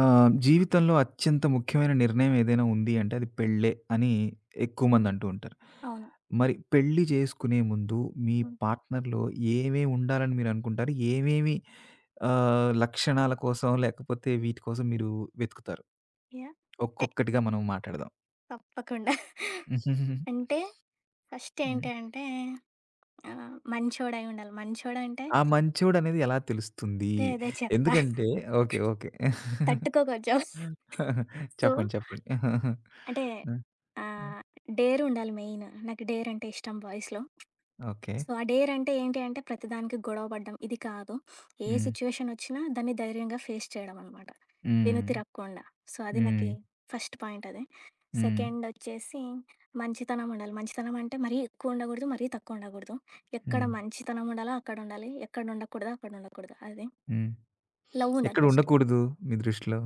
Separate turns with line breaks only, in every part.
జీవితంలో అత్యంత ముఖ్యమైన నిర్ణయం ఏదైనా ఉంది అంటే అది పెళ్ళే అని ఎక్కువ మంది అంటూ ఉంటారు.
అవును.
మరి పెళ్లి చేసుకునే ముందు మీ
హ్మ్.
పార్ట్‌నర్‌లో ఏమేమి ఉండాలని మీరు అనుకుంటారు? ఏమేమి లక్షణాల కోసం లేకపోతే వీటి కోసం మీరు వెతుకుతారు?
యాహ్! అంటే
ఒక్కొక్కటిగా మనం మాట్లాడదాం.
తప్పకుండా. అంటే ఫస్ట్
హ్మ్.
ఏంటి అంటే మంచోడై ఉండాలి. మంచోడంటే
ఆ మంచోడనేది ఎలా తెలుస్తుంది?
అదే అదే చెత్త
ఎందుకంటే ఓకే. ఓకే.
తట్టుకో కొంచెం. సో,
చెప్పండి. చెప్పండి.
అంటే
ఆ! ఆ!
ఆహ్, డేర్ ఉండాలి మెయిన్. నాకు డేర్ అంటే ఇష్టం బాయ్స్‌లో.
ఓకే.
సో ఆ డేర్ అంటే ఏంటి అంటే ప్రతిదానికి గొడవ పడ్డం. ఇది కాదు. ఏ
హ్మ్.
సిట్యుయేషన్ వచ్చినా దాన్ని ధైర్యంగా ఫేస్ చేయడం అనమాట.
హ్మ్.
వెనుతిరగకుండా. సో అది
హ్మ్.
నాకి ఫస్ట్ పాయింట్ అది.
హ్మ్.
సెకండ్ ఒచ్చేసి మంచితనం ఉండాలి. మంచితనం అంటే మరీ ఎక్కువ ఉండకూడదు. మరీ తక్కువ ఉండకూడదు. ఎక్కడ
హ్మ్.
మంచితనం ఉండాలో అక్కడ ఉండాలి. ఎక్కడ ఉండకూడదో అక్కడ ఉండకూడదు. అది.
హ్మ్.
లవ్ ఉండాలి
ఎక్కడ
ఫస్ట్.
ఉండకూడదు మీ దృష్టిలో?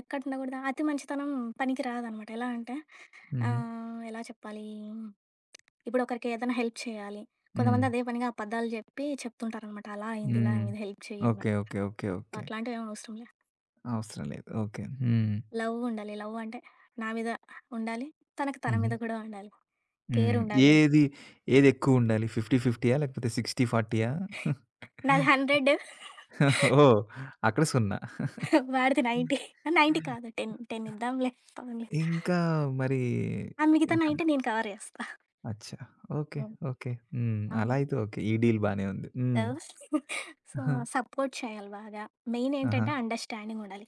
ఎక్కడ ఉండకూడదా అతి మంచితనం పనికి రాదనమాట. ఎలా అంటే
హుహు.
ఎలా చెప్పాలి? ఇప్పుడు ఒకరికి ఏదైనా హెల్ప్ చేయాలి.
హ్మ్.
కొంతమంది అదే పనిగా అబద్ధాలు జెప్పి చెప్తుంటారనమాట. అలా అయింది, ఇలా
హ్మ్.
అయింది హెల్ప్ చెయ్యి
ఓకే.
అన్నట్టు.
ఓకే. ఓకే.
So,
okay.
అట్లాంటివి ఏమి అవసరం లే.
అవసరం లేదు. ఓకే. హ్మ్.
లవ్ ఉండాలి. లవ్ అంటే నా మీద ఉండాలి. తనకి తన
హుహు.
మీద కూడా ఉండాలి. కేర్
హ్మ్.
ఉండాలి.
ఏది ఏదెక్కువుండాలి? 50, 50 లేకపోతే 60, 40?
నాది 100,
ఓహ్! అక్కడ 0?
వాడిది 90. 90 కాదు, 10, 10 ఇద్దాంలే. పోనీలే.
ఇంకా మరి
ఆ మిగతా
ఎహన్,
90 నేను కవర్ జేస్తా.
అచ్చా! ఓకే.
హ్మ్.
ఓకే. హ్మ్. అలా
అవును.
అయితే ఓకే. ఈ డీల్ బానే ఉంది. హ్మ్.
సో,
ఆహా!
సపోర్ట్ చేయాలి బాగా. మెయిన్
ఆహా!
ఏంటంటే అండర్‌స్టాండింగ్ ఉండాలి.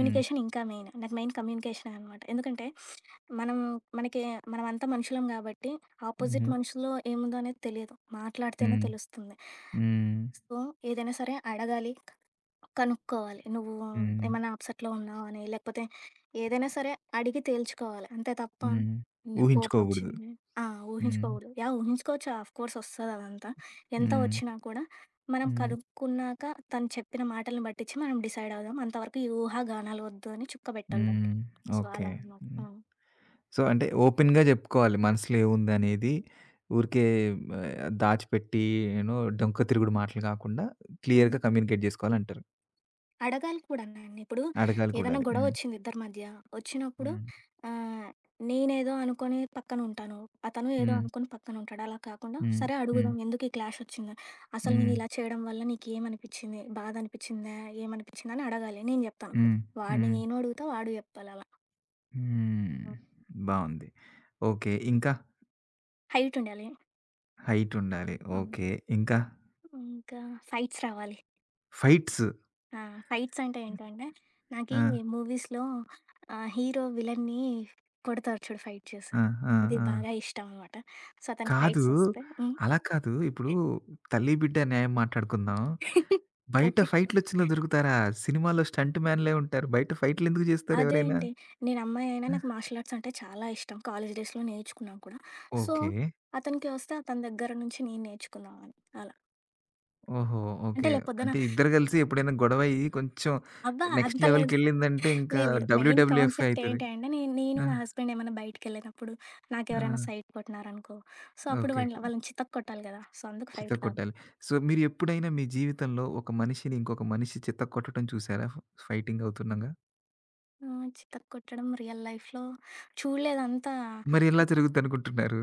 హ్మ్.
ఇంకా మెయిన్. నాకు మెయిన్ కమ్యూనికేషనే అనమాట. ఎందుకంటే మనం మనకి మనమంతా మనుషులం కాబట్టి ఆపోజిట్
హుహు.
మనుషుల్లో ఏముందో అనేది తెలియదు. మాట్లాడితేనే
హ్మ్.
తెలుస్తుంది.
హ్మ్. హ్మ్.
సో, ఏదైనా సరే అడగాలి. కనుక్కోవాలి. నువ్వు
హ్మ్.
ఏమన్నా అప్సెట్‌లో ఉన్నావా అని, లేకపోతే ఏదైనా సరే అడిగి తేల్చుకోవాలి. అంతే తప్ప
హ్మ్.
నాకు
ఊహించుకోగూడదు.
కోపమొచ్చింది. ఆ!
హ్మ్.
ఊహించుకోకూడదు. యాహ్! ఊహించుకోవచ్చు, ఆఫ్‌కోర్స్ ఒస్తది అదంతా. ఎంత
హ్మ్.
ఒచ్చినా కూడా మనం
హ్మ్.
కనుక్కున్నాక తను చెప్పిన మాటలను బట్టిచ్చి మనం డిసైడ్ అవుదాం. అంతవరకు ఈ ఊహాగానాలు ఒద్దు అని చుక్కబెట్టాలి దానికి.
హ్మ్.
So,
okay.
అలా అనమాట.
హ్మ్.
హ్మ్.
సో, అంటే ఓపెన్‌గా జెప్పుకోవాలి, మనసులో ఏముందనేది. ఊరికే దాచిపెట్టి యూనో డొంక తిరుగుడు మాటలు గాకుండా
హ్మ్.
క్లియర్‌గా కమ్యూనికేట్ జేసుకోవాలంటారు.
అడగాలి కూడా నన్ను. ఇప్పుడు
అడగాలి కూడా
ఏదైనా
అది.
గొడవ
హ్మ్.
వచ్చింది ఇద్దరి మధ్య, వచ్చినప్పుడు
హ్మ్.
ఆహ్, నేనేదో అనుకోని పక్కన ఉంటాను. అతను ఏదో
హ్మ్.
అనుకోని పక్కన ఉంటాడు. అలా కాకుండా
హ్మ్.
సరే
హ్మ్.
అడుగుదాం ఎందుకు ఈ క్లాష్ వచ్చిందని. అసలు నేను
హ్మ్.
ఇలా చేయడం వల్ల నీకేమనిపిచ్చింది? బాధ అనిపిచ్చిందా? ఏమనిపిచ్చింది? అని అడగాలి. నేను చెప్తాను.
హ్మ్.
వాడిని
హ్మ్.
నేను అడుగుతా, వాడు చెప్పాలి అలా.
హ్మ్.
హ్మ్.
బావుంది. ఓకే. ఇంకా
హైట్ ఉండాలి.
హైటుండాలి.
హ్మ్.
ఓకే. ఇంకా
ఇంకా ఫైట్స్ రావాలి.
ఫైట్స్.
ఆ! ఫైట్స్ అంటే ఏంటంటే, నాకీ
ఆ!
మూవీస్‌లో హీరో విలన్ని కొడతారు చూడు ఫైట్ చేసి.
ఆ! ఆ!
అది
ఆ!
బాగా ఇష్టం అనమాట. సో, అతనికి
కాదు.
ఫైట్స్ వస్తే హ్మ్.
అలా కాదు. ఇప్పుడు తల్లి, బిడ్డ న్యాయం మాట్లాడుకుందాం. బయట
ఓకే.
ఫైట్‌లొచ్చినా దొరుకుతారా? సినిమాలో స్టంట్ మ్యాన్‌లే ఉంటారు. బయట ఫైట్‌లెందుకు జేస్తారు ఎవరైనా?
అదేంటి, నేను అమ్మాయైనా
ఆ!
నాకు మార్షల్ ఆర్ట్స్ అంటే చాలా ఇష్టం. కాలేజ్ డేస్‌లో నేర్చుకున్నాను కూడా. So,
okay.
అతనికి వస్తే అతని దగ్గర నుంచి నేను నేర్చుకుందామని అలా.
ఓహో!
అంటే
ఓకే.
రేపు పొద్దున
అంటే ఇద్దరు గలిసి ఎప్పుడైనా గొడవయ్యి కొంచెం
అబ్బా!
నెక్స్ట్
అంత లేదు.
లెవెల్‌కెళ్ళిందంటే ఇంకా
లేదు. లేదు. మెయిన్
డబ్ల్యూడబ్ల్యూఎఫ్ఏ
కాన్సెప్ట్
అయితది.
ఏంటంటే, నేను నేను
ఆ!
నా హస్బెండ్ ఏమన్నా బయటికెళ్ళినప్పుడు,
ఆ!
నాకెవరైనా సైట్ కొట్టినారనుకో, సో, అప్పుడు
ఓకే.
వాళ్ళ
ఓకే.
వాళ్ళని చితక్ కొట్టాలి కదా! సో, అందుకు ఫైట్ కాదు.
చితక్కొట్టాలి. సో, మీరెప్పుడైనా మీ జీవితంలో ఒక మనిషిని ఇంకొక మనిషి చితక్కొట్టడం చూసారా ఫైటింగ్ అవుతుండగా?
చితక్ కొట్టడం రియల్ లైఫ్‌లో చూడలేదంతా.
మరి ఎలా జరుగుద్దనుకుంటున్నారు?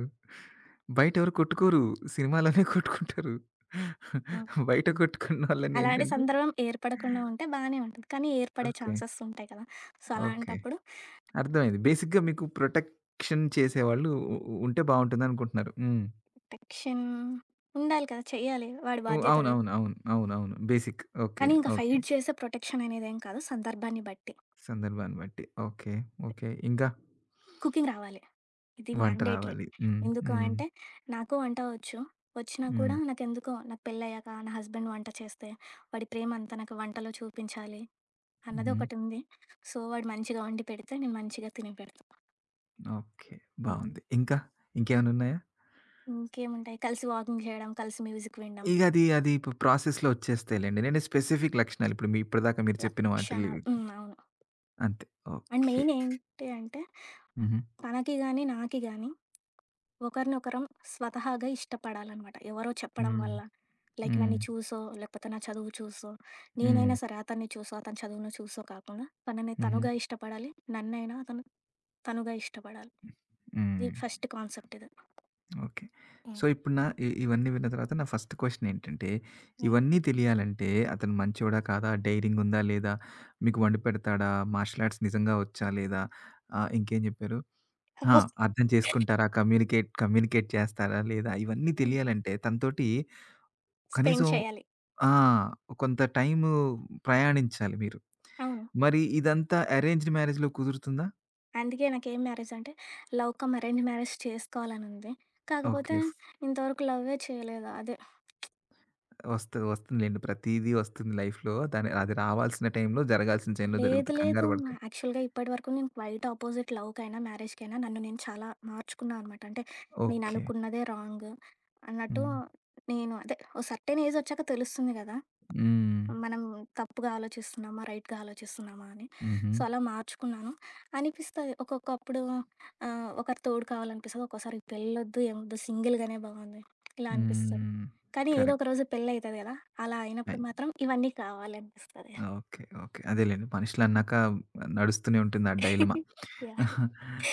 బయట ఎవరు కొట్టుకోరు. సినిమాలోనే కొట్టుకుంటారు.
హ్మ్.
బయట కొట్టుకున్నోళ్ళని
అలాంటి
ఏంటంటే
సందర్భం ఏర్పడకుండా ఉంటే బానే ఉంటది. కానీ ఏర్పడే
ఓకే.
ఛాన్సెస్ ఉంటాయి కదా! So,
okay.
అలాంటప్పుడు
అర్థమైంది. బేసిక్‌గా మీకు ప్రొటెక్షన్ చేసేవాళ్ళు ఉ ఉ ఉంటే బావుంటుందనుకుంటున్నారు. హ్మ్.
ప్రొటెక్షన్ ఉండాలి కదా! చెయ్యాలి. వాడి
హ్మ్.
బాధ్యత అది.
అవునవును. అవును. అవునవును. బేసిక్. ఓకే.
కానీ ఇంకా
ఓకే.
ఫైట్ చేసే ప్రొటెక్షన్ అనేదేం కాదు. సందర్భాన్ని బట్టి.
సందర్భాన్ని బట్టి. ఓకే. ఓకే. ఇంకా?
కుకింగ్ రావాలి. ఇది
వంట
మ్యాండేటరీ.
రావాలి. హ్మ్.
ఎందుకు
హ్మ్.
అంటే, నాకు వంట వచ్చు. వచ్చినా కూడా
హ్మ్.
నాకెందుకో నాకు పెళ్ళయ్యాక నా హస్బెండ్ వంట చేస్తే, వాడి ప్రేమంతా నాకు వంటలో చూపించాలి అన్నది
హ్మ్.
ఒకటుంది. సో, వాడు మంచిగా వండి పెడితే నేను మంచిగా తిని పెడతా.
ఓకే.
హ్మ్.
బావుంది. ఇంకా? ఇంకేమన్నున్నాయా?
ఇంకేముంటాయి, కలిసి వాకింగ్ చేయడం, కలిసి మ్యూజిక్ వినడం.
ఇగ అది, అది ఇప్పుడు ప్రాసెస్‌లో వచ్చేస్తాయిలెండి. నేను స్పెసిఫిక్ లక్షణాలు ఇప్పుడు మీ ఇప్పటిదాకా మీరు చెప్పిన వాటిలి
లక్షణాలు. హ్మ్. అవును.
అంతే.
And
okay.
మెయిన్ ఏంటి అంటే,
హుహు.
తనకి గాని, నాకి గాని ఒకరినొకరం స్వతహాగా ఇష్టపడాలన్నమాట. ఎవరో చెప్పడం
హ్మ్.
వల్ల. లైక్
హ్మ్.
నన్ను చూసో, లేకపోతే నా చదువు చూసో,
హ్మ్.
నేనైనా సరే అతన్ని చూసో, అతని చదువును చూసో కాకుండా తనని
హుహు.
తనుగా ఇష్టపడాలి. నన్నైనా అతను తనుగా ఇష్టపడాలి. ఇది
హ్మ్.
ఫస్ట్ కాన్సెప్ట్ ఇది.
ఓకే. సో,
హ్మ్.
ఇప్పుడు నా ఇవన్నీ విన్న తర్వాత నా ఫస్ట్ క్వెషన్ ఏంటంటే,
హ్మ్.
ఇవన్నీ తెలియాలంటే అతను మంచోడా? కాదా? డైరింగ్ ఉందా? లేదా? మీకు వండి పెడతాడా? మార్షల్ ఆర్ట్స్ నిజంగా వచ్చా? లేదా? ఇంకేం చెప్పారు? ఆ!
అబ్బో!
అర్థం చేసుకుంటారా? కమ్యూనికేట్ కమ్యూనికేట్ చేస్తారా? లేదా? ఇవన్నీ
హ్మ్.
తెలియాలంటే తనతోటి
స్పెండ్
కనీసం
చేయాలి.
ఆ! కొంత టైము ప్రయాణించాలి మీరు.
అవును.
మరి ఇదంతా అరేంజ్డ్ మ్యారేజ్‌లో కుదురుతుందా?
అందుకే నాకేం మ్యారేజ్ అంటే లవ్ కమ్ అరేంజ్ మ్యారేజ్ చేసుకోవాలనుంది.
ఓకే.
కాకపోతే ఇంతవరకు లవ్వే చేయలేదు. అదే
వస్తుందిలెండి. ప్రతీదీ వస్తుంది లైఫ్‌లో. దాని అది రావాల్సిన టైంలో, జరగాల్సిన టైంలో
లేదు.
జరుగుతుంది.
లేదు.
కంగారు పడకండి.
యాక్చువల్‌గా ఇప్పటివరకు నేను క్వైట్ అపోజిట్ లవ్‌కైనా, మ్యారేజ్‌కైనా నన్ను నేను చాలా మార్చుకున్నా అనమాట. అంటే నేను
ఓకే.
అనుకున్నదే రాంగ్ అన్నట్టు.
హ్మ్.
నేను అదే ఓ సర్టెన్ ఏజ్ వచ్చాక తెలుస్తుంది కదా!
హ్మ్.
మనం తప్పుగా ఆలోచిస్తున్నామా? రైట్‌గా ఆలోచిస్తున్నామా అని.
హుహు.
సో, అలా మార్చుకున్నాను. అనిపిస్తది ఒక్కొక్కప్పుడు ఒకరి తోడు కావాలనిపిస్తది. ఒక్కోసారి పెళ్ళొద్దు, ఏమొద్దు, సింగిల్‌గానే బాగుంది. ఇలా అనిపిస్తది.
హ్మ్.
కానీ ఏదో ఒక
కరెక్ట్.
రోజు పెళ్లయితది కదా! అలా అయినప్పుడు
అయి
మాత్రం ఇవన్నీ కావాలి అనిపిస్తది.
ఓకే. ఓకే. అదేలెండి. మనుషులన్నాక నడుస్తూనే ఉంటుంది ఆ
యాహ్!
డైలమా.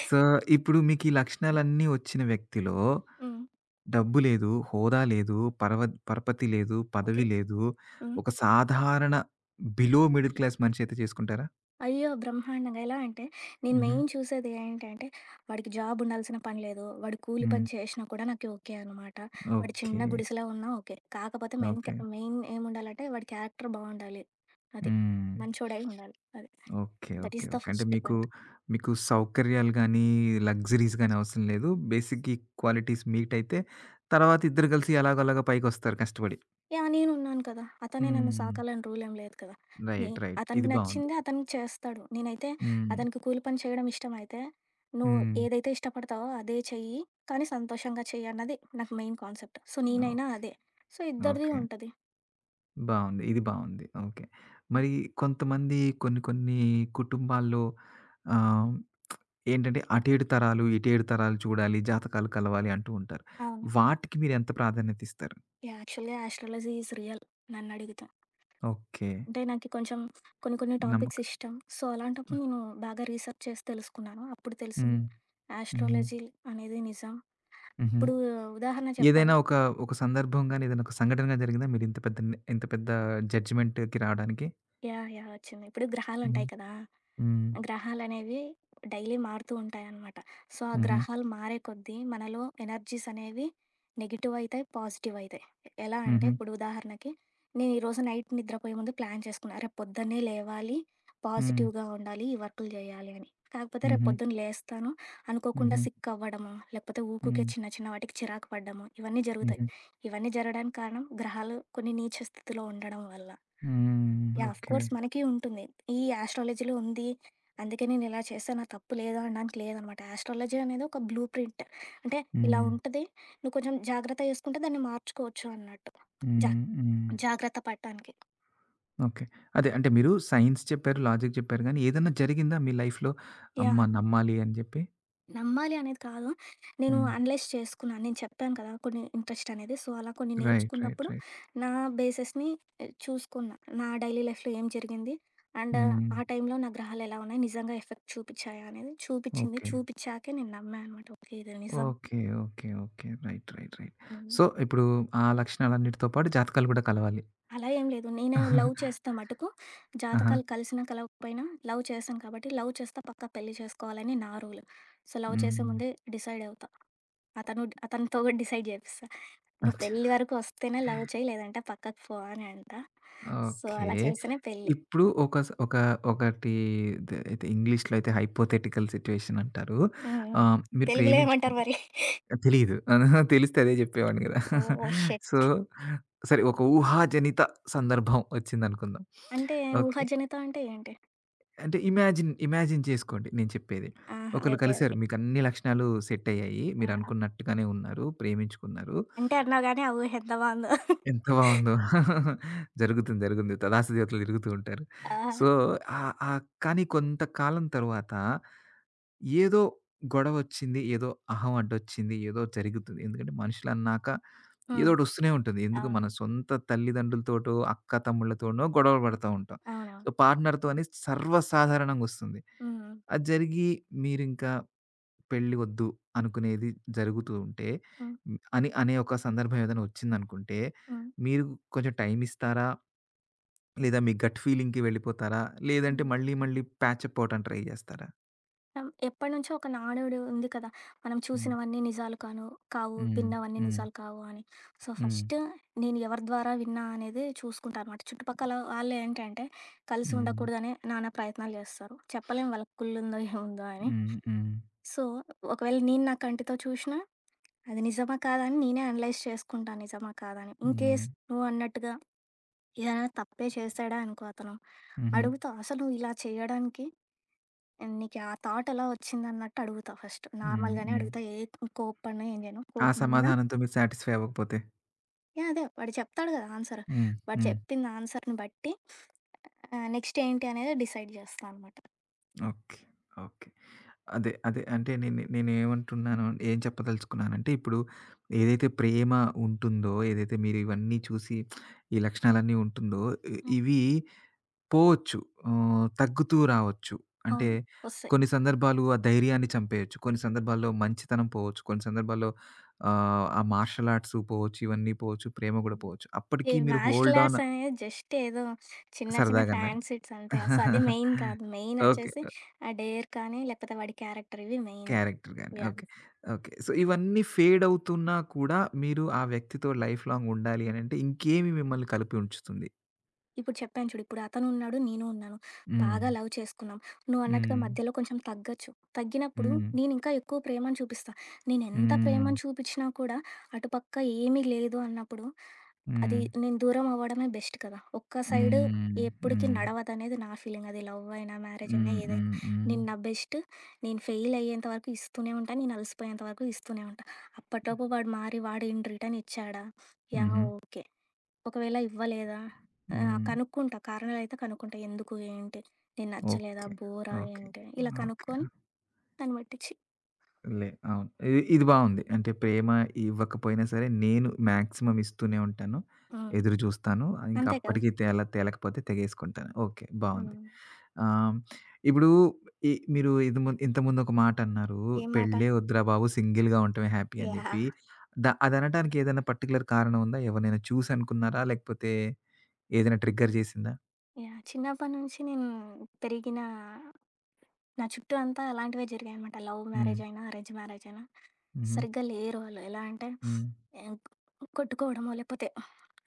సో, ఇప్పుడు మీకీ లక్షణాలన్నీ వచ్చిన వ్యక్తిలో
హ్మ్.
డబ్బు లేదు, హోదా లేదు, పరపతి లేదు,
ఓకే.
పదవి లేదు.
హ్మ్.
ఒక సాధారణ బిలో మిడిల్ క్లాస్ మనిషి అయితే చేసుకుంటారా?
అయ్యో! బ్రహ్మాండంగా. ఎలా అంటే, నేను
హుహు.
మెయిన్ చూసేది ఏంటంటే, వాడికి జాబ్ ఉండాల్సిన పని లేదు. వాడు కూలి
హ్మ్.
పని చేషినా కూడా నాకు ఓకే అనమాట. వాడు
ఓకే.
చిన్న గుడిసెలో ఉన్నా ఓకే. కాకపోతే
ఓకే.
మెయిన్ ఏముండాలంటే, వాడి క్యారెక్టర్ బావుండాలి. అది.
హ్మ్.
మంచోడై ఉండాలి. అది.
Okay.
That
okay.
Is the
okay. అంటే
ఫస్ట్
మీకు,
పాయింట్.
మీకు సౌకర్యాలు గానీ, లగ్జరీస్ గానీ అవసరం లేదు. బేసిక్ ఈక్వాలిటీస్ మీట్ అయితే తర్వాత ఇద్దరు కలిసి ఎలాగోలాగా పైకొస్తారు కష్టపడి.
యాహ్! నేనున్నాను కదా! అతనే నన్ను
హ్మ్.
సాకాలని రూలేం లేదు కదా! నే
రైట్. రైట్. ఇది
అతనికి
బావుంది.
నచ్చింది అతను చేస్తాడు. నేనైతే
హ్మ్.
అతనికి కూలి పని చేయడం ఇష్టమైతే, "నువ్వు
హ్మ్.
ఏదైతే ఇష్టపడతావో అదే చెయ్యి, కానీ సంతోషంగా చెయ్యి" అన్నది నాకు మెయిన్ కాన్సెప్ట్. సో, నేనైనా
ఓకే.
అదే. సో, ఇద్దరిది
ఓకే.
ఉంటది.
బావుంది. ఇది బావుంది. ఓకే. మరి కొంతమంది కొన్ని కొన్ని కుటుంబాల్లో ఆహ్, ఏంటంటే అటు 7 తరాలు, ఇటు 7 తరాలు చూడాలి, జాతకాలు కలవాలి అంటూ ఉంటారు.
అవును.
వాటికి మీరెంత ప్రాధాన్యత ఇస్తారు?
యాహ్! యాక్చువల్‌గా యాస్ట్రాలజీ ఈజ్ రియల్ నన్నడిగితే.
ఓకే.
అంటే నాకి కొంచెం కొన్ని కొన్ని టాపిక్స్
నమ్మక
ఇష్టం. సో, అలాంటప్పుడు నేను బాగా రీసెర్చ్ చేసి తెలుసుకున్నాను. అప్పుడు తెలిసింది
హ్మ్. హుహు.
యాస్ట్రాలజీ అనేది నిజం.
హుహు.
ఇప్పుడు ఉదాహరణ చెప్పాలి.
ఏదైనా ఒక, ఒక సందర్భం గాని, ఏదైనా ఒక సంఘటన గాని జరిగిందా మీరింత పెద్ద ని ఇంత పెద్ద జడ్జ్‌మెంట్‌కి రావడానికి?
యాహ్! యాహ్! వచ్చింది. ఇప్పుడు
హ్మ్.
గ్రహాలుంటాయి కదా!
హ్మ్.
గ్రహాలనేవి డైలీ మారుతూ ఉంటాయనమాట. సో, ఆ
హుహు.
గ్రహాలు మారే కొద్దీ మనలో ఎనర్జీస్ అనేవి నెగెటివ్ అయితాయి, పాజిటివ్ అయితాయి. ఎలా అంటే
హుహు.
ఇప్పుడు ఉదాహరణకి నేను ఈరోజు నైట్ నిద్రపోయే ముందు ప్లాన్ చేసుకున్నా. రేపు పొద్దున్నే లేవాలి,
హ్మ్.
పాజిటివ్‌గా ఉండాలి, ఈ వర్కులు చేయాలి అని. కాకపోతే రేపు
హుహు.
పొద్దున్న లేస్తాను, అనుకోకుండా
హుహు.
సిక్ అవ్వడము, లేకపోతే ఊకుకే
హ్మ్.
చిన్న చిన్న వాటికి చిరాకు పడ్డము, ఇవన్నీ జరుగుతాయి.
హుహు.
ఇవన్నీ జరగడానికి కారణం గ్రహాలు కొన్ని నీచ స్థితిలో ఉండడం వల్ల.
హ్మ్.
యాహ్! Of
okay.
కోర్స్ మనకి ఉంటుంది. ఈ ఆస్ట్రాలజీలో ఉంది. అందుకే నేను ఇలా చేస్తే నా తప్పు లేదు అనడానికి లేదనమాట. ఆస్ట్రాలజీ అనేది ఒక బ్లూ ప్రింట్. అంటే ఇలా
హ్మ్.
ఉంటది. నువ్వు కొంచెం జాగ్రత్త చేసుకుంటే దాన్ని మార్చుకోవచ్చు అన్నట్టు. జా
హ్మ్. హ్మ్.
జాగ్రత్త పడటానికి.
ఓకే. అదే అంటే మీరు సైన్స్ చెప్పారు, లాజిక్ చెప్పారు గానీ ఏదన్నా జరిగిందా మీ లైఫ్‌లో అమ్మ,
యాహ్!
నమ్మాలి అని జెప్పి?
నమ్మాలి అనేది కాదు. నేను
హ్మ్.
అనలైజ్ చేసుకున్నాను. నేను చెప్పాను కదా! కొన్ని ఇంట్రెస్ట్ అనేది. సో, అలా కొన్ని
రైట్. రైట్.
నేర్చుకున్నప్పుడు
రైట్.
నా బేసెస్‌ని చూసుకున్నా. నా డైలీ లైఫ్‌లో ఏం జరిగింది? అండ్
హ్మ్.
ఆ టైంలో నా గ్రహాలు ఎలా ఉన్నాయి? నిజంగా ఎఫెక్ట్ చూపిచ్చాయా అనేది చూపిచ్చింది.
ఓకే.
చూపిచ్చాకే నేను నమ్మా అనమాట. ఓకే. ఇది నిజం.
Okay. Okay. Okay. Right. Right. Right.
హ్మ్.
సో, ఇప్పుడు ఆ లక్షణాలన్నిటితో పాటు జాతకాలు గూడా కలవాలి.
అలా ఏం లేదు. నేను లవ్ చేస్తా మటుకు హుహు.
ఆహా!
జాతకాలు కలిసినా, కలవకపోయినా లవ్ చేశాను కాబట్టి, లవ్ చేస్తే పక్కా పెళ్లి చేసుకోవాలని నా రూల్. సో, లవ్ చేసే
హ్మ్.
ముందే డిసైడ్ అవుతా. అతను అతనితో కూడా డిసైడ్ చేపిస్తా. "నువ్వు
అచ్చా!
పెళ్లి వరకు వస్తేనే లవ్ చెయ్యి, లేదంటే పక్కకు పో" అని అంటా. So,
okay.
అలా చేస్తేనే పెళ్లి.
ఇప్పుడు ఒక ఒక ఒకటి అయితే ఇంగ్లీష్‌లో అయితే హైపోథెటికల్ సిట్యుయేషన్ అంటారు.
హ్మ్. హ్మ్.
మీరు
తెలుగులో
ప్రేమించుకు
ఏమంటారు మరి?
తెలీదు. ఆహా! తెలిస్తే అదే జెప్పేవాడిని గదా!
ఓహ్!
So,
shit!
సరే ఒక ఊహాజనిత సందర్భం ఒచ్చిందనుకుందాం.
అంటే
ఓకే.
ఊహాజనిత అంటే ఏంటి?
అంటే ఇమాజిన్ చేసుకోండి నేను చెప్పేది.
ఆహా!
ఒకళ్ళు
ఓకే.
కలిసారు.
ఓకే.
మీకు అన్ని లక్షణాలు సెట్టయ్యాయి.
ఆహా!
మీరనుకున్నట్టుగానే ఉన్నారు, ప్రేమించుకున్నారు.
అంటే అన్నావు గానీ, ఆ ఊహ ఎంత బావుందో.
ఎంత బావుందో. జరుగుతుంది. జరుగుతుంది. తదాస్తు దేవతలు తిరుగుతూ ఉంటారు.
ఆహా!
సో, ఆహ్, ఆహ్, కానీ కొంతకాలం తరువాత ఏదో గొడవొచ్చింది. ఏదో అహం అడ్డొచ్చింది. ఏదో జరుగుతుంది. ఎందుకంటే మనుషులన్నాక
హ్మ్.
ఏదోటొస్తూనే ఉంటుంది. ఎందుకు మన
అవునవును.
సొంత తల్లిదండ్రులతోటో, అక్క తమ్ముళ్ళతోనో గొడవలు పడతా ఉంటాం.
అవునవును.
సో, పార్ట్నర్‌తో అని సర్వసాధారణంగొస్తుంది.
హ్మ్.
అది జరిగి మీరింకా పెళ్లి వద్దు అనుకునేది జరుగుతూ ఉంటే
హ్మ్.
హ్మ్, అని అనే ఒక సందర్భం ఏదైనా వచ్చిందనుకుంటే,
హ్మ్.
మీరు కొంచెం టైమ్ ఇస్తారా? లేదా మీ గట్ ఫీలింగ్‌కి వెళ్ళిపోతారా? లేదంటే
హ్మ్.
మళ్ళీ మళ్ళీ ప్యాచ్ అప్ అవ్వటానికి ట్రై జేస్తారా?
ఎప్పటినుంచో ఒక నానుడి ఉంది కదా! మనం
హ్మ్.
చూసినవన్నీ నిజాలు కాను కావు,
హ్మ్.
విన్నవన్నీ
హ్మ్.
నిజాలు కావు అని. సో,
హ్మ్.
ఫస్ట్ నేను ఎవరి ద్వారా విన్నా అనేది చూసుకుంటా అనమాట. చుట్టుపక్కల వాళ్ళు ఏంటంటే, కలిసి
హ్మ్.
ఉండకూడదనే నానా ప్రయత్నాలు చేస్తారు. చెప్పలేం వాళ్ళకి కుళ్ళుందో, ఏముందో అని.
హ్మ్. హ్మ్.
సో, ఒకవేళ నేను నా కంటితో చూషినా, అది నిజమా, కాదా అని నేనే అనలైజ్ చేసుకుంటా నిజమా, కాదా అని.
హ్మ్.
ఇన్‌కేస్ నువ్వన్నట్టుగా ఏదైనా తప్పే చేశాడా అనుకో అతను,
హుహు.
అడుగుతా అసలు నువ్వు ఇలా చేయడానికి అండ్ నీకు ఆ థాట్ ఎలా వచ్చిందన్నట్టు అడుగుతా ఫస్ట్.
హ్మ్.
నార్మల్‌గానే
హ్మ్.
అడుగుతా. కోప్పడను, ఏం చేయను.
ఆ
కోపమున్నా
సమాధానంతో మీరు సాటిస్‌ఫై అవ్వకపోతే?
యాహ్! అదే వాడు చెప్తాడు కదా ఆన్సర్.
హ్మ్.
వాడు
హ్మ్.
చెప్పింది ఆన్సర్‌ని బట్టి నెక్స్ట్ ఏంటి అనేది డిసైడ్ చేస్తా అనమాట.
ఓకే. ఓకే. అదే. అదే. అంటే నేను నేనేమంటున్నాను ఏం చెప్పదలుచుకున్నానంటే, ఇప్పుడు ఏదైతే ప్రేమ ఉంటుందో, ఏదైతే మీరు ఇవన్నీ చూసి ఈ లక్షణాలన్నీ ఉంటుందో,
హ్మ్.
ఇవి పోవచ్చు. తగ్గుతూ రావచ్చు. అంటే
అవును. వస్తాయి.
కొన్ని సందర్భాలు ఆ ధైర్యాన్ని చంపేయొచ్చు. కొన్ని సందర్భాల్లో మంచితనం పోవచ్చు. కొన్ని సందర్భాల్లో ఆ మార్షల్ ఆర్ట్స్ పోవచ్చు. ఇవన్నీ పోవచ్చు. ప్రేమ గూడా
హ్మ్.
పోవచ్చు.
ఈ
అప్పటికి మీరు
మార్షల్
హోల్డ్ ఆన్
ఆర్ట్స్ అనేది జస్ట్ ఏదో చిన్న చిన్న
సరదాగన్నారు.
ఫ్యాన్సీస్ అంతే. అసలు అది మెయిన్ కాదు. Main
okay.
వచ్చేసి ఆ డేర్ కానీ, లేకపోతే వాడి క్యారెక్టర్, ఇవి మెయిన్.
క్యారెక్టర్ గాని.
యాహ్!
ఓకే. ఓకే. సో, ఇవన్నీ ఫేడ్ అవుతున్నా కూడా మీరు ఆ వ్యక్తితో లైఫ్ లాంగ్ ఉండాలి అనంటే ఇంకేమి మిమ్మల్ని కలిపి ఉంచుతుంది?
ఇప్పుడు చెప్పాను చూడు. ఇప్పుడు అతను ఉన్నాడు. నేను ఉన్నాను.
హ్మ్.
బాగా లవ్ చేసుకున్నాం. నువ్వన్నట్టుగా
హ్మ్.
మధ్యలో కొంచెం తగ్గొచ్చు. తగ్గినప్పుడు
హ్మ్.
నేనింకా ఎక్కువ ప్రేమను చూపిస్తా. నేనెంత
హ్మ్.
ప్రేమను చూపిచ్చినా కూడా అటుపక్క ఏమీ లేదు అన్నప్పుడు అది,
హ్మ్.
నేను దూరం అవ్వడమే బెస్ట్ కదా! ఒక్క సైడు
హ్మ్.
ఎప్పటికి
హ్మ్.
నడవదనేది నా ఫీలింగ్. అది లవ్ అయినా, మ్యారేజ్ అయినా
హ్మ్.
ఏదైనా.
హ్మ్. హ్మ్.
నేను నా బెస్ట్ నేను ఫెయిల్ అయ్యేంత వరకు ఇస్తూనే ఉంటా. నేను అలసిపోయేంత వరకు ఇస్తూనే ఉంటా. అప్పటిలోపు వాడు మారి వాడు ఇన్ రిటర్న్ ఇచ్చాడా యాహ్!
హుహు.
ఓకే. ఒకవేళ ఇవ్వలేదా? హ్మ్.
హ్మ్.
కనుక్కుంటా. కారణాలైతే కనుక్కుంటా. ఎందుకు? ఏంటి? నేను నచ్చలేదా?
ఓకే.
బోరా?
ఓకే.
ఏంటి? ఇలా
ఓకే.
కనుక్కొని దాన్ని పట్టిచ్చి
లే అవును. ఇది ఇది బావుంది. అంటే ప్రేమ ఇవ్వకపోయినా సరే నేను మాక్సిమం ఇస్తూనే ఉంటాను.
హ్మ్.
ఎదురు జూస్తాను. ఇంక
అంతే కదా!
అప్పటికి తేల తేలకపోతే తెగేసుకుంటాను. ఓకే. బావుంది.
హ్మ్.
ఆ! ఇప్పుడు మీరు ఇంతకుముందు ఒక మాటన్నారు.
ఏ మాట?
"పెళ్ళే వద్దురా బాబు! సింగిల్‌గా ఉండటమే హ్యాపీ" అని జెప్పి.
యాహ్!
అదనటానికి ఏదైనా పర్టిక్యులర్ కారణం ఉందా? ఎవరినైనా చూసి అనుకున్నారా? లేకపోతే ఏదైనా ట్రిగ్గర్ జేసిందా?
యాహ్! చిన్నప్పటి నుంచి నేను పెరిగిన నా చుట్టూ అంతా అలాంటివే జరిగాయనమాట. లవ్
హ్మ్.
మ్యారేజ్ అయినా, అరేంజ్ మ్యారేజ్ అయినా
హుహు.
సరిగ్గా లేరు వాళ్ళు. ఎలా అంటే
హ్మ్.
ఆహ్, కొట్టుకోవడమో, లేకపోతే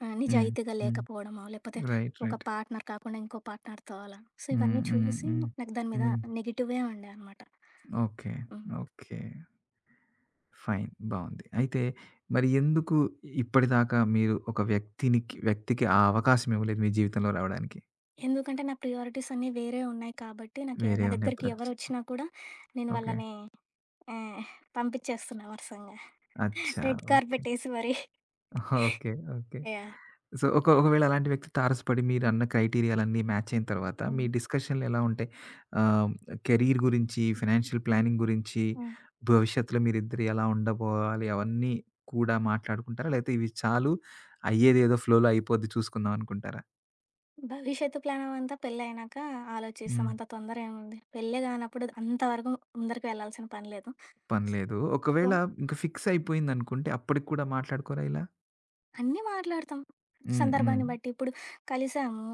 హ్మ్.
నిజాయితీగా
హ్మ్.
లేకపోవడమో, లేకపోతే
రైట్.
ఒక
రైట్.
పార్ట్నర్ కాకుండా ఇంకో పార్ట్నర్‌తో అలా. సో,
హ్మ్.
ఇవన్నీ
హ్మ్.
చూసి
హ్మ్.
నాకు దాని మీద
హ్మ్.
నెగెటివే ఉండే అనమాట.
ఓకే.
హ్మ్.
ఓకే. ఫైన్. బావుంది. అయితే మరి ఎందుకు ఇప్పటిదాకా మీరు ఒక వ్యక్తికి ఆ అవకాశం ఇవ్వలేదు మీ జీవితంలో రావడానికి?
ఎందుకంటే నా ప్రియారిటీస్ అన్నీ వేరే ఉన్నాయి కాబట్టి, నాకే
వేరే
నా
ఉన్న
దగ్గరికి
ప్రచ్
ఎవరొచ్చినా కూడా నేను
ఓకే.
వాళ్ళని ఆహ్, పంపించేస్తున్నా వరుసంగా.
అచ్చా!
Red
okay.
కార్పెట్ ఏసి మరి
ఓకే. ఓకే.
యాహ్!
సో, ఒకవేళ అలాంటి వ్యక్తితో తారసపడి మీరన్న క్రైటీరియాలన్నీ మ్యాచ్ అయిన తర్వాత మీ
హ్మ్.
డిస్కషన్‌లు ఎలా ఉంటాయి? ఆహ్, కెరీర్ గురించి, ఫైనాన్షియల్ ప్లానింగ్ గురించి,
హ్మ్.
భవిష్యత్తులో మీరిద్దరు ఎలా ఉండబోవాలి అవన్నీ కూడా మాట్లాడుకుంటారా? లేకపోతే ఇవి చాలు అయ్యేదేదో ఫ్లోలో అయిపోద్ది చూసుకుందాం అనుకుంటారా?
భవిష్యత్తు ప్లాన్ అంతా పెళ్ళైనాక ఆలోచిస్తాం.
హ్మ్.
అంత తొందర ఏముంది? పెళ్ళే కానప్పుడు అంతవరకు ముందరికి వెళ్ళాల్సిన పని లేదు.
పనిలేదు.
సో,
ఒకవేళ ఇంక ఫిక్స్ అయిపోయిందనుకుంటే అప్పటికి కూడా మాట్లాడుకోరా ఇలా?
అన్నీ మాట్లాడతాం.
హ్మ్. హ్మ్.
సందర్భాన్ని బట్టి ఇప్పుడు కలిసాము.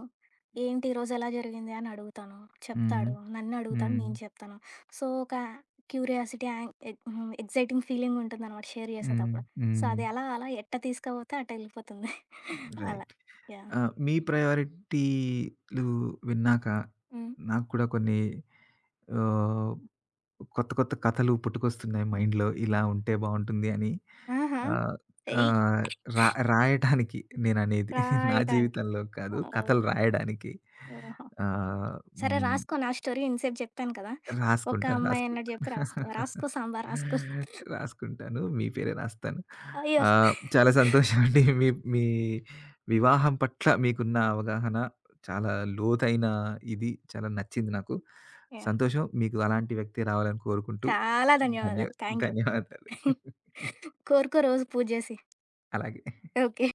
ఏంటి ఈరోజు ఎలా జరిగింది అని అడుగుతాను.
హ్మ్.
చెప్తాడు. నన్ను అడుగుతాడు.
హ్మ్.
నేను చెప్తాను. సో, ఒక క్యూరియాసిటీ యాంగ్ ఎగ్ హ్మ్. ఎక్సైటింగ్ ఫీలింగ్ ఉంటుందనమాట షేర్
హ్మ్.
చేసేటప్పుడు. సో,
హ్మ్.
అది అలా అలా ఎట్ట తీసుకపోతే అట్ట ఎళ్ళిపోతుంది. అలా.
రైట్.
యాహ్!
ఆ! మీ ప్రయారిటీలు విన్నాక
హ్మ్.
నాకు కూడా కొన్ని ఆహ్, కొత్త కొత్త కథలు పుట్టుకొస్తున్నాయి మైండ్‌లో. ఇలా ఉంటే బావుంటుంది అని
ఆహా!
ఆహ్,
ఏయ్!
ఆహ్, రాయటానికి నేననేది. నా
రాయటానికి.
జీవితంలో కాదు
ఓహ్!
కథలు రాయడానికి.
ఓహో!
ఆహ్,
సరే
హ్మ్.
రాసుకో, నా స్టోరీ ఇంతసేపు చెప్పాను కదా! ఒక
రాసుకుంటాను. రాసుకుంటాను.
అమ్మాయి అన్నట్టు చెప్పి రాసుకో. రాసుకో సాంబా రాసుకో.
రాసుకుంటాను. మీ పేరే రాస్తాను.
అయ్యో!
చాలా సంతోషం అండి. మీ మీ వివాహం పట్ల మీకున్న అవగాహన చాలా లోతైన ఇది. చాలా నచ్చింది నాకు.
యాహ్!
సంతోషం. మీకు అలాంటి వ్యక్తే రావాలని కోరుకుంటూ
చాలా
ధన్య
ధన్యవాదాలు. Thank you.
ధన్యవాదాలు.
కోరుకో రోజు పూజ చేసి.
అలాగే.
ఓకే.